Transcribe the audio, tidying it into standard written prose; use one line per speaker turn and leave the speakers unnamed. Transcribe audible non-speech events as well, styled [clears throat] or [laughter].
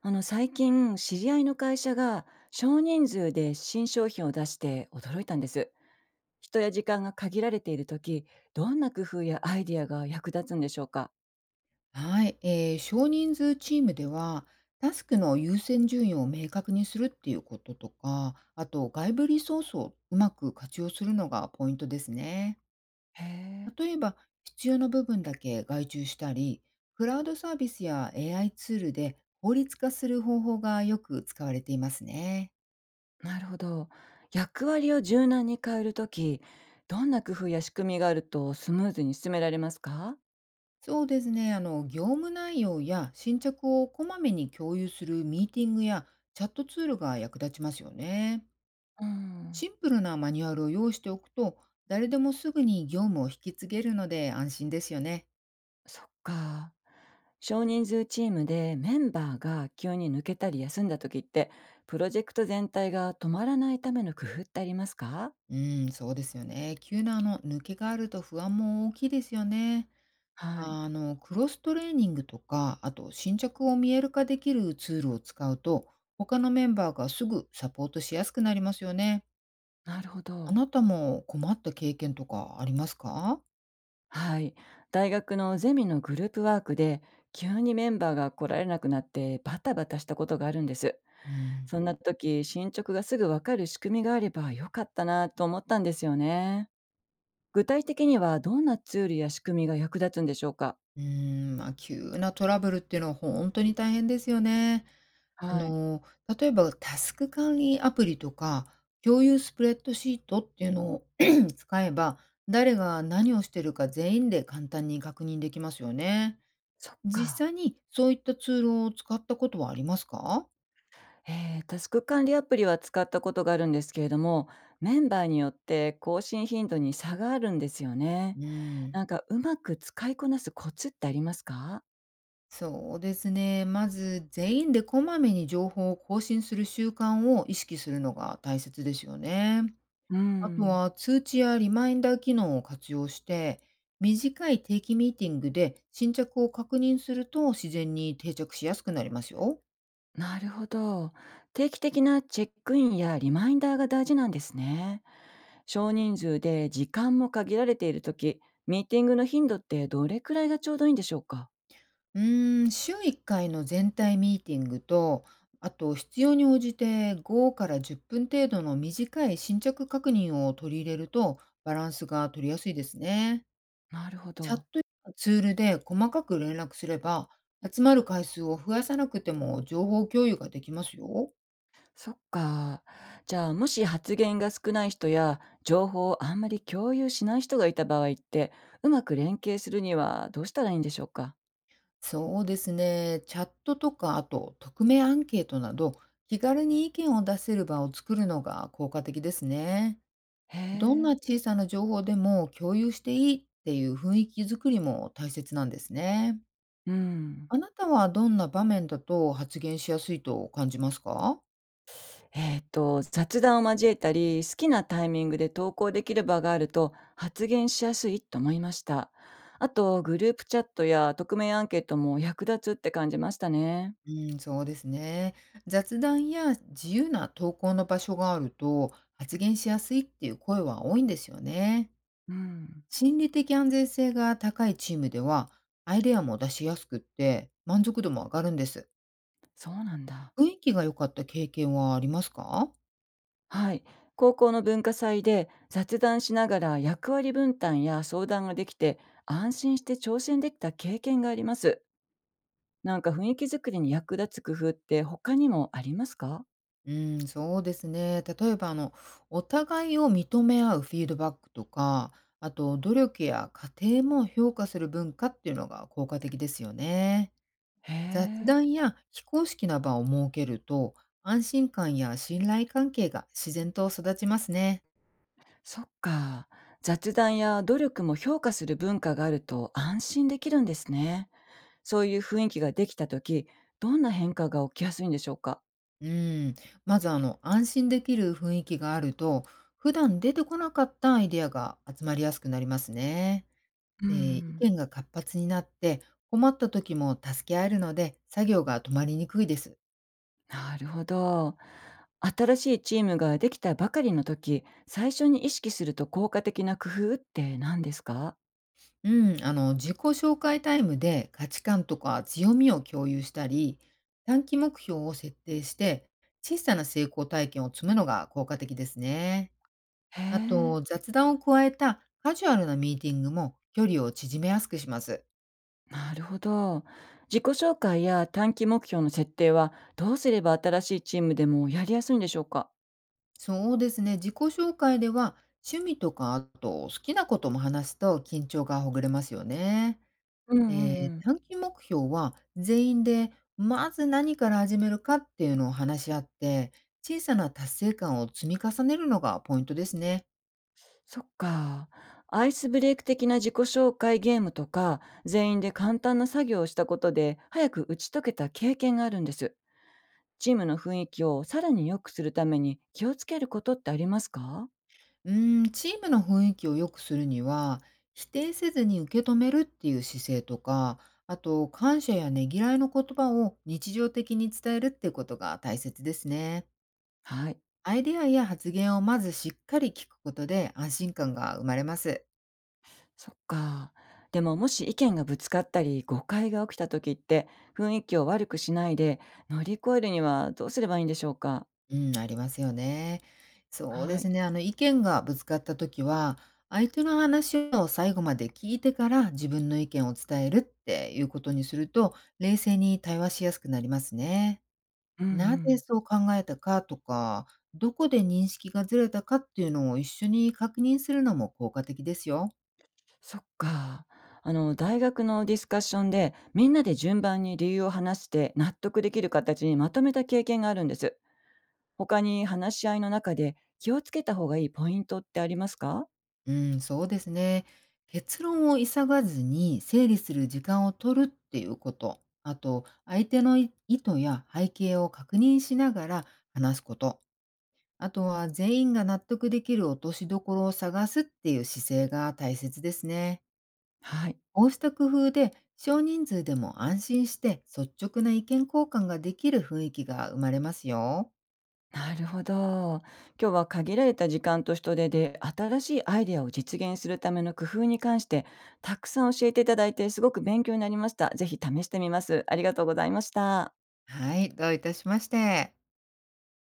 最近、知り合いの会社が少人数で新商品を出して驚いたんです。人や時間が限られている時、どんな工夫やアイディアが役立つんでしょうか？
はい、少人数チームでは、タスクの優先順位を明確にするっていうこととか、あと外部リソースをうまく活用するのがポイントですね。
へ
例えば、必要な部分だけ外注したり、クラウドサービスや AI ツールで効率化する方法がよく使われていますね。
え、なるほど。役割を柔軟に変える時、どんな工夫や仕組みがあるとスムーズに進められますか？
そうですね、業務内容や進捗をこまめに共有するミーティングやチャットツールが役立ちますよね。
うん。
シンプルなマニュアルを用意しておくと、誰でもすぐに業務を引き継げるので安心ですよね。
そっか。少人数チームでメンバーが急に抜けたり休んだ時って、プロジェクト全体が止まらないための工夫ってありますか？
うん、そうですよね。急な抜けがあると不安も大きいですよね。
はい。
クロストレーニングとか、あと新着を見える化できるツールを使うと、他のメンバーがすぐサポートしやすくなりますよね。
なるほ
あ
ど。
なたも困った経験とかありますか？
はい。大学のゼミのグループワークで、急にメンバーが来られなくなってバタバタしたことがあるんです。
うん。
そんな時、進捗がすぐわかる仕組みがあればよかったなと思ったんですよね。具体的にはどんなツールや仕組みが役立つんでしょうか？
うーん、まあ、急なトラブルっていうのは本当に大変ですよね。あ
はい。
の、例えばタスク管理アプリとか、共有スプレッドシートっていうのを [clears throat] 使えば、誰が何をしてるか全員で簡単に確認できますよね。
そっ
実
か。
際にそういったツールを使ったことはありますか？
えー、タスク管理アプリは使ったことがあるんですけれども、メンバーによって更新頻度に差があるんですよね。
うん、
なんかうまく使いこなすコツってありますか？
そうですね。まず全員でこまめに情報を更新する習慣を意識するのが大切ですよね。
う
あと
ん、
は通知やリマインダー機能を活用して、短い定期ミーティングで進捗を確認すると自然に定着しやすくなりますよ。
なるほど。定期的なチェックインやリマインダーが大事なんですね。少人数で時間も限られているとき、ミーティングの頻度ってどれくらいがちょうどいいんでしょうか？
うーん、週1回の全体ミーティングと、あと必要に応じて5から10分程度の短い進捗確認を取り入れるとバランスが取りやすいですね。
なるほ
チャッ
ど。
トやツールで細かく連絡すれば、集まる回数を増やさなくても情報共有ができますよ。
そっか。じゃあ、もし発言が少ない人や、情報をあんまり共有しない人がいた場合って、うまく連携するにはどうしたらいいんでしょうか？
そうですね。チャットとか、あと匿名アンケートなど、気軽に意見を出せる場を作るのが効果的ですね。
へ
どんな
え。
小さな情報でも共有していいっていう雰囲気づくりも大切なんですね。
うん。
あなたはどんな場面だと発言しやすいと感じますか？
えっと、雑談を交えたり、好きなタイミングで投稿できる場があると発言しやすいと思いました。あと、グループチャットや匿名アンケートも役立つって感じましたね。
うん、そうですね。雑談や自由な投稿の場所があると発言しやすいっていう声は多いんですよね。
うん、
心理的安全性が高いチームでは、アイデアも出しやすくって満足度も上がるんです。
そうなんだ。
雰囲気が良かった経験はありますか？
はい。高校の文化祭で雑談しながら役割分担や相談ができて、安心して挑戦できた経験があります。なんか雰囲気作りに役立つ工夫って他にもありますか？
うん、そうですね。例えば、お互いを認め合うフィードバックとか、あと、努力や過程も評価する文化っていうのが効果的ですよね。
へ
雑
え。
談や非公式な場を設けると、安心感や信頼関係が自然と育ちますね。
そっか。雑談や努力も評価する文化があると安心できるんですね。そういう雰囲気ができた時、どんな変化が起きやすいんでしょうか？
うん、まず安心できる雰囲気があると、普段出てこなかったアイデアが集まりやすくなりますね。
う
意
ん、
見が活発になって困った時も助け合えるので作業が止まりにくいです。
なるほど。新しいチームができたばかりの時、最初に意識すると効果的な工夫って何ですか？
うん、自己紹介タイムで価値観とか強みを共有したり、短期目標を設定して小さな成功体験を積むのが効果的ですね。
へ
あ
え。
と雑談を加えたカジュアルなミーティングも距離を縮めやすくします。
なるほど。自己紹介や短期目標の設定はどうすれば新しいチームでもやりやすいんでしょうか？
そうですね。自己紹介では趣味とか、あと好きなことも話すと緊張がほぐれますよね。
うんうん。うん。
短期目標は全員でまず何から始めるかっていうのを話し合って、小さな達成感を積み重ねるのがポイントですね。
そっか。アイスブレイク的な自己紹介ゲームとか、全員で簡単な作業をしたことで、早く打ち解けた経験があるんです。チームの雰囲気をさらに良くするために気をつけることってありますか？
うーん、チームの雰囲気を良くするには、否定せずに受け止めるっていう姿勢とか、あと感謝やねぎらいの言葉を日常的に伝えるっていうことが大切ですね。
はい。
アイデアや発言をまずしっかり聞くことで安心感が生まれます。
そっか。でも、もし意見がぶつかったり誤解が起きた時って、雰囲気を悪くしないで乗り越えるにはどうすればいいんでしょうか？
うん、ありますよね。そうで
は
す
い。
ね。意見がぶつかった時は、相手の話を最後まで聞いてから自分の意見を伝えるっていうことにすると、冷静に対話しやすくなりますね。
うんう
なぜ
ん。
そう考えたかとか、どこで認識がずれたかっていうのを一緒に確認するのも効果的ですよ。
そっか。あの、大学のディスカッションで、みんなで順番に理由を話して納得できる形にまとめた経験があるんです。他に話し合いの中で気をつけた方がいいポイントってありますか？
うん、そうですね。結論を急がずに整理する時間を取るっていうこと。あと、相手の意図や背景を確認しながら話すこと。あとは、全員が納得できる落としどころを探すっていう姿勢が大切ですね。
はい。
こうした工夫で、少人数でも安心して率直な意見交換ができる雰囲気が生まれますよ。
なるほど。今日は、限られた時間と人手で新しいアイデアを実現するための工夫に関してたくさん教えていただいて、すごく勉強になりました。ぜひ試してみます。ありがとうございました。
はい、どういたしまして。